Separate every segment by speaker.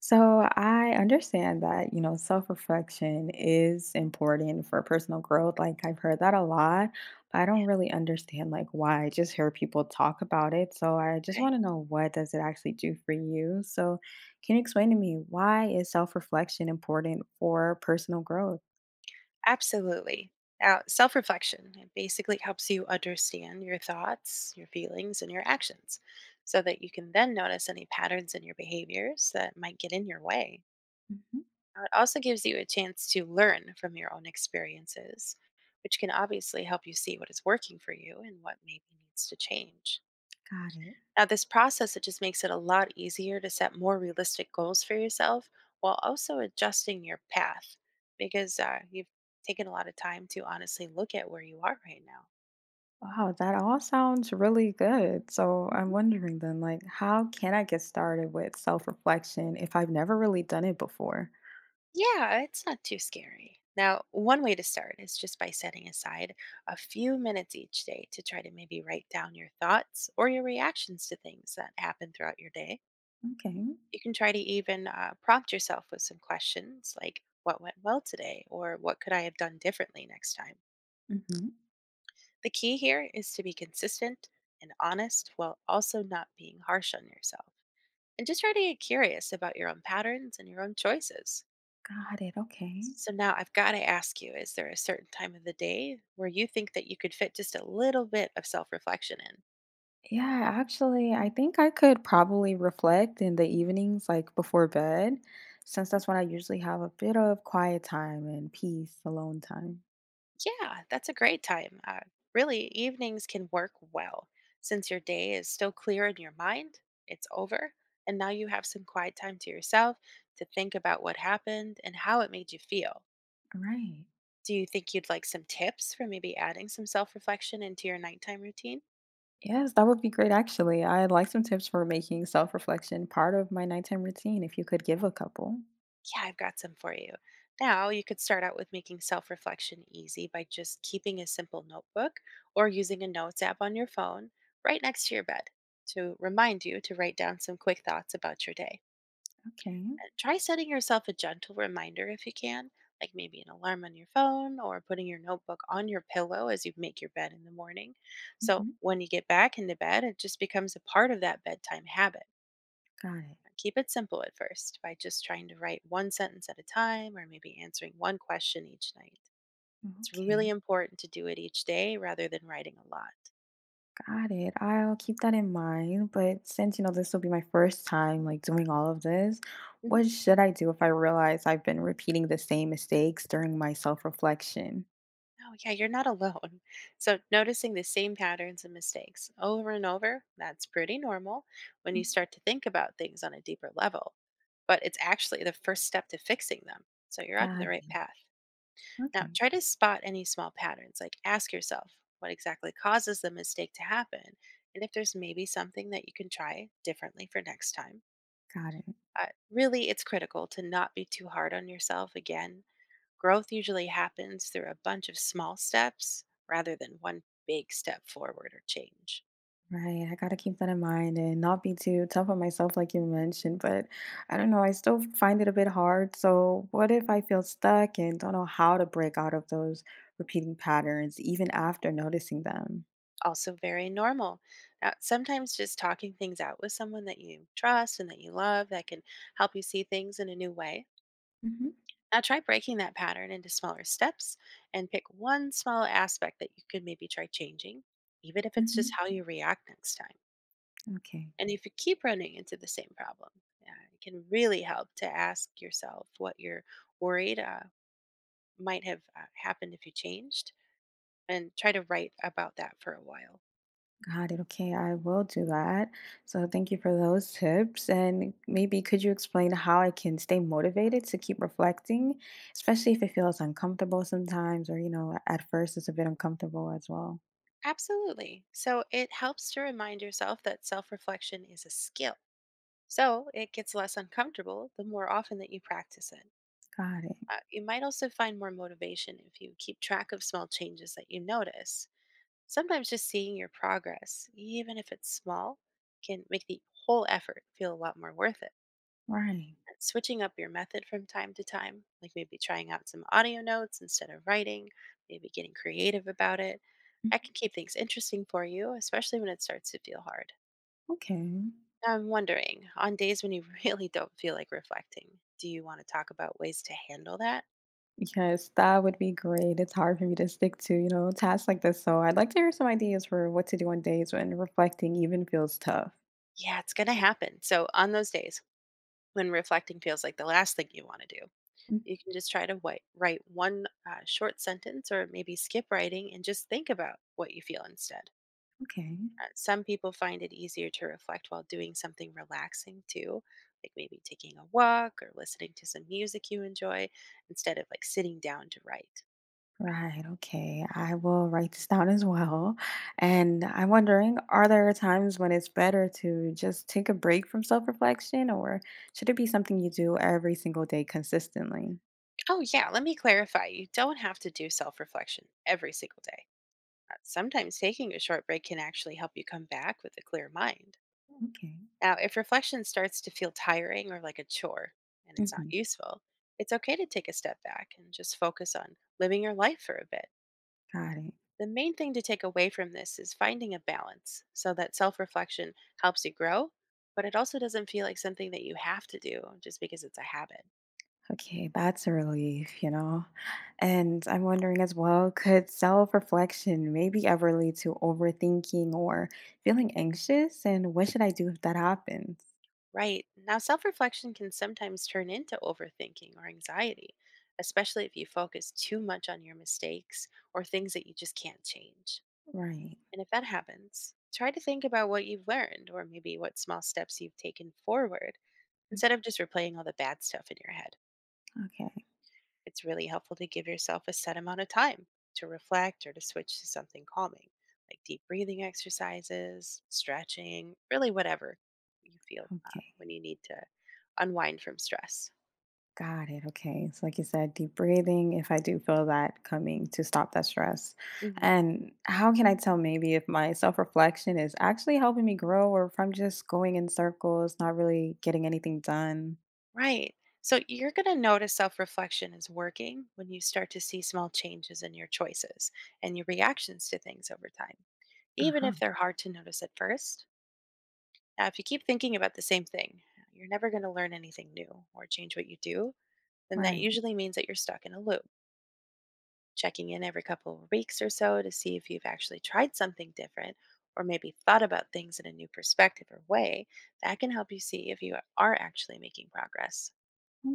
Speaker 1: So I understand that, self-reflection is important for personal growth. Like I've heard that
Speaker 2: Mm,
Speaker 1: a lot, but I don't
Speaker 2: yeah,
Speaker 1: really understand like why. I just hear people talk about it. So I just
Speaker 2: okay.
Speaker 1: want to know what does it actually do for you? So can you explain to me why is self-reflection important for personal growth?
Speaker 2: Absolutely. Now, self reflection it basically helps you understand your thoughts, your feelings, and your actions so that you can then notice any patterns in your behaviors that might get in your way.
Speaker 1: Mhm.
Speaker 2: Now, it also gives you a chance to learn from your own experiences, which can obviously help you see what is working for you and what maybe needs to change.
Speaker 1: Got it.
Speaker 2: Now, this process, it just makes it a lot easier to set more realistic goals for yourself while also adjusting your path because you've taken a lot of time to honestly look at where you are right now.
Speaker 1: Wow, that all sounds really good. So I'm
Speaker 2: Mhm.
Speaker 1: wondering then, like, how can I get started with self-reflection if I've never really done it before?
Speaker 2: Yeah, it's not too scary. Now, one way to start is just by setting aside a few minutes each day to try to maybe write down your thoughts or your reactions to things that happen throughout your day.
Speaker 1: Okay.
Speaker 2: You can try to even prompt yourself with some questions like, "What went well today?" or "What could I have done differently next time?"
Speaker 1: Hmm.
Speaker 2: The key here is to be consistent and honest while also not being harsh on yourself. And just try to get curious about your own patterns and your own choices.
Speaker 1: Got it. Okay.
Speaker 2: So now I've got to ask you, is there a certain time of the day where you think that you could fit just a little bit of self reflection in?
Speaker 1: Yeah, actually, I think I could probably reflect in the evenings, like before bed, since
Speaker 2: Mhm.
Speaker 1: that's when I usually have a bit of quiet time and peace, alone time.
Speaker 2: Yeah, that's a great time. Really, evenings can work well since your day is still clear in your mind, it's over, and now you have some quiet time to yourself to think about what happened and how it made you feel.
Speaker 1: All right.
Speaker 2: Do you think you'd like some tips for maybe adding some self reflection into your nighttime routine?
Speaker 1: Yes, that would be great, actually. I'd like some tips for making self-reflection part of my nighttime routine, if you could give a couple.
Speaker 2: Yeah, I've got some for you. Now, you could start out with making self reflection easy by just keeping a simple notebook or using a notes app on your phone right next to your bed to remind you to write down some quick thoughts about your day.
Speaker 1: Okay.
Speaker 2: Try setting yourself a gentle reminder if you can, like maybe an alarm on your phone or putting your notebook on your pillow as you make your bed in the morning. So
Speaker 1: Hmm.
Speaker 2: when you get back into bed, it just becomes a part of that bedtime habit.
Speaker 1: Got it.
Speaker 2: Keep it simple at first by just trying to write one sentence at a time or maybe answering one question each night. It's really
Speaker 1: Okay.
Speaker 2: important to do it each day rather than writing a lot.
Speaker 1: Got it. I'll keep that in mind. But since, this will be my first time like doing all of this,
Speaker 2: Mhm.
Speaker 1: what should I do if I realize I've been repeating the same mistakes during my self-reflection?
Speaker 2: Oh, yeah, you're not alone. So, noticing the same patterns and mistakes over and over, that's pretty normal when
Speaker 1: Mm.
Speaker 2: you start to think about things on a deeper level. But it's actually the first step to fixing them. So, you're onto the
Speaker 1: Got
Speaker 2: right
Speaker 1: it.
Speaker 2: path. Now,
Speaker 1: Okay,
Speaker 2: try to spot any small patterns. Like, ask yourself what exactly causes the mistake to happen, and if there's maybe something that you can try differently for next time.
Speaker 1: got it.
Speaker 2: Really, it's critical to not be too hard on yourself again. Growth usually happens through a bunch of small steps rather than one big step forward or change.
Speaker 1: Right. I gotta keep that in mind and not be too tough on myself, like you mentioned.
Speaker 2: Mhm.
Speaker 1: But I don't know, I still find it a bit hard. So what if I feel stuck and don't know how to break out of those repeating patterns even after noticing them?
Speaker 2: Also, very normal. Now, sometimes just talking things out with someone that you trust and that you love, that can help you see things in a new way.
Speaker 1: Mm-hmm.
Speaker 2: Now, try breaking that pattern into smaller steps and pick one small aspect that you could maybe try changing, even if it's
Speaker 1: Mm-hmm.
Speaker 2: just how you react next time.
Speaker 1: Okay.
Speaker 2: And if you keep running into the same problem, yeah, it can really help to ask yourself what you're worried might have happened if you changed, and try to write about that for a while.
Speaker 1: Got it. Okay, I will do that. So thank you for those tips. And maybe could you explain how I can stay motivated to keep reflecting, especially if it feels uncomfortable sometimes, or, at first it's a bit uncomfortable as well.
Speaker 2: Absolutely. So it helps to remind yourself that self reflection is a skill. So it gets less uncomfortable the more often that you practice it.
Speaker 1: Got it.
Speaker 2: You might also find more motivation if you keep track of small changes that you notice. Sometimes just seeing your progress, even if it's small, can make the whole effort feel a lot more worth it.
Speaker 1: Right.
Speaker 2: And switching up your method from time to time, like maybe trying out some audio notes instead of writing, maybe getting creative about it. I
Speaker 1: Mhm.
Speaker 2: can keep things interesting for you, especially when it starts to feel hard.
Speaker 1: Okay.
Speaker 2: Now, I'm wondering, on days when you really don't feel like reflecting, do you want to talk about ways to handle that?
Speaker 1: Yes, that would be great. It's hard for me to stick to, tasks like this. So I'd like to hear some ideas for what to do on days when reflecting even feels tough.
Speaker 2: Yeah, it's going to happen. So, on those days when reflecting feels like the last thing you want to do,
Speaker 1: Mm.
Speaker 2: you can just try to write one short sentence or maybe skip writing and just think about what you feel instead.
Speaker 1: Okay.
Speaker 2: Some people find it easier to reflect while doing something relaxing too, like maybe taking a walk or listening to some music you enjoy instead of like sitting down to write.
Speaker 1: Right. Okay. I will write this down as well. And I'm wondering, are there times when it's better to just take a break from self-reflection, or should it be something you do every single day consistently?
Speaker 2: Oh, yeah, let me clarify. You don't have to do self reflection every single day. Sometimes taking a short break can actually help you come back with a clear mind.
Speaker 1: Okay.
Speaker 2: Now, if reflection starts to feel tiring or like a chore and it's not
Speaker 1: Hmm.
Speaker 2: useful, it's okay to take a step back and just focus on living your life for a bit.
Speaker 1: Got it.
Speaker 2: The main thing to take away from this is finding a balance so that self reflection helps you grow, but it also doesn't feel like something that you have to do just because it's a habit.
Speaker 1: Okay, that's a relief. And I'm wondering as well, could self-reflection maybe ever lead to overthinking or feeling anxious? And what should I do if that happens?
Speaker 2: Right. Now, self reflection can sometimes turn into overthinking or anxiety, especially if you focus too much on your mistakes or things that you just can't change.
Speaker 1: Right.
Speaker 2: And if that happens, try to think about what you've learned or maybe what small steps you've taken forward instead of just replaying all the bad stuff in your head.
Speaker 1: Okay.
Speaker 2: It's really helpful to give yourself a set amount of time to reflect or to switch to something calming, like deep breathing exercises, stretching, really whatever you feel
Speaker 1: Okay.
Speaker 2: when you need to unwind from stress.
Speaker 1: Got it. Okay. So, like you said, deep breathing if I do feel that coming to stop that stress.
Speaker 2: Hmm.
Speaker 1: And how can I tell maybe if my self reflection is actually helping me grow or if I'm just going in circles, not really getting anything done?
Speaker 2: Right. So you're going to notice self reflection is working when you start to see small changes in your choices and your reactions to things over time,
Speaker 1: Uh
Speaker 2: even
Speaker 1: huh.
Speaker 2: if they're hard to notice at first. Now, if you keep thinking about the same thing, you're never going to learn anything new or change what you do, then that
Speaker 1: Right.
Speaker 2: usually means that you're stuck in a loop. Checking in every couple of weeks or so to see if you've actually tried something different or maybe thought about things in a new perspective or way, that can help you see if you are actually making progress.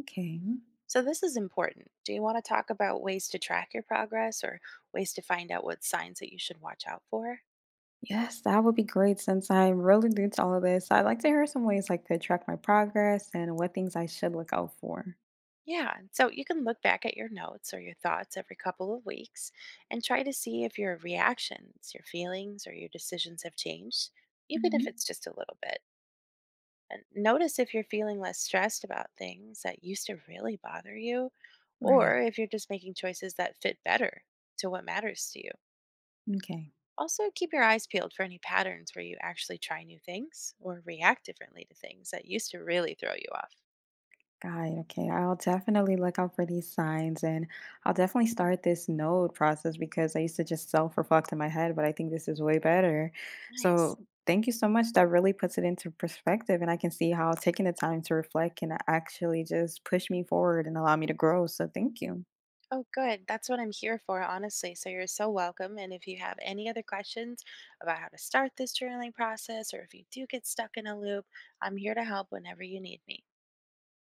Speaker 1: Okay.
Speaker 2: So, this is important. Do you want to talk about ways to track your progress or ways to find out what signs that you should watch out for?
Speaker 1: Yes, that would be great since I'm really new to all of this. I'd like to hear some ways I could track my progress and what things I should look out for.
Speaker 2: Yeah, and so you can look back at your notes or your thoughts every couple of weeks and try to see if your reactions, your feelings, or your decisions have changed, even if
Speaker 1: Hmm.
Speaker 2: it's just a little bit. And notice if you're feeling less stressed about things that used to really bother you,
Speaker 1: Right.
Speaker 2: or if you're just making choices that fit better to what matters to you.
Speaker 1: Okay.
Speaker 2: Also, keep your eyes peeled for any patterns where you actually try new things or react differently to things that used to really throw you off.
Speaker 1: Got it. Okay. I'll definitely look out for these signs and I'll definitely start this node process because I used to just self reflect in my head, but I think this is way better.
Speaker 2: Nice.
Speaker 1: So, thank you so much. That really puts it into perspective. And I can see how taking the time to reflect can actually just push me forward and allow me to grow. So, thank you.
Speaker 2: Oh, good. That's what I'm here for, honestly. So you're so welcome. And if you have any other questions about how to start this journaling process, or if you do get stuck in a loop, I'm here to help whenever you need me.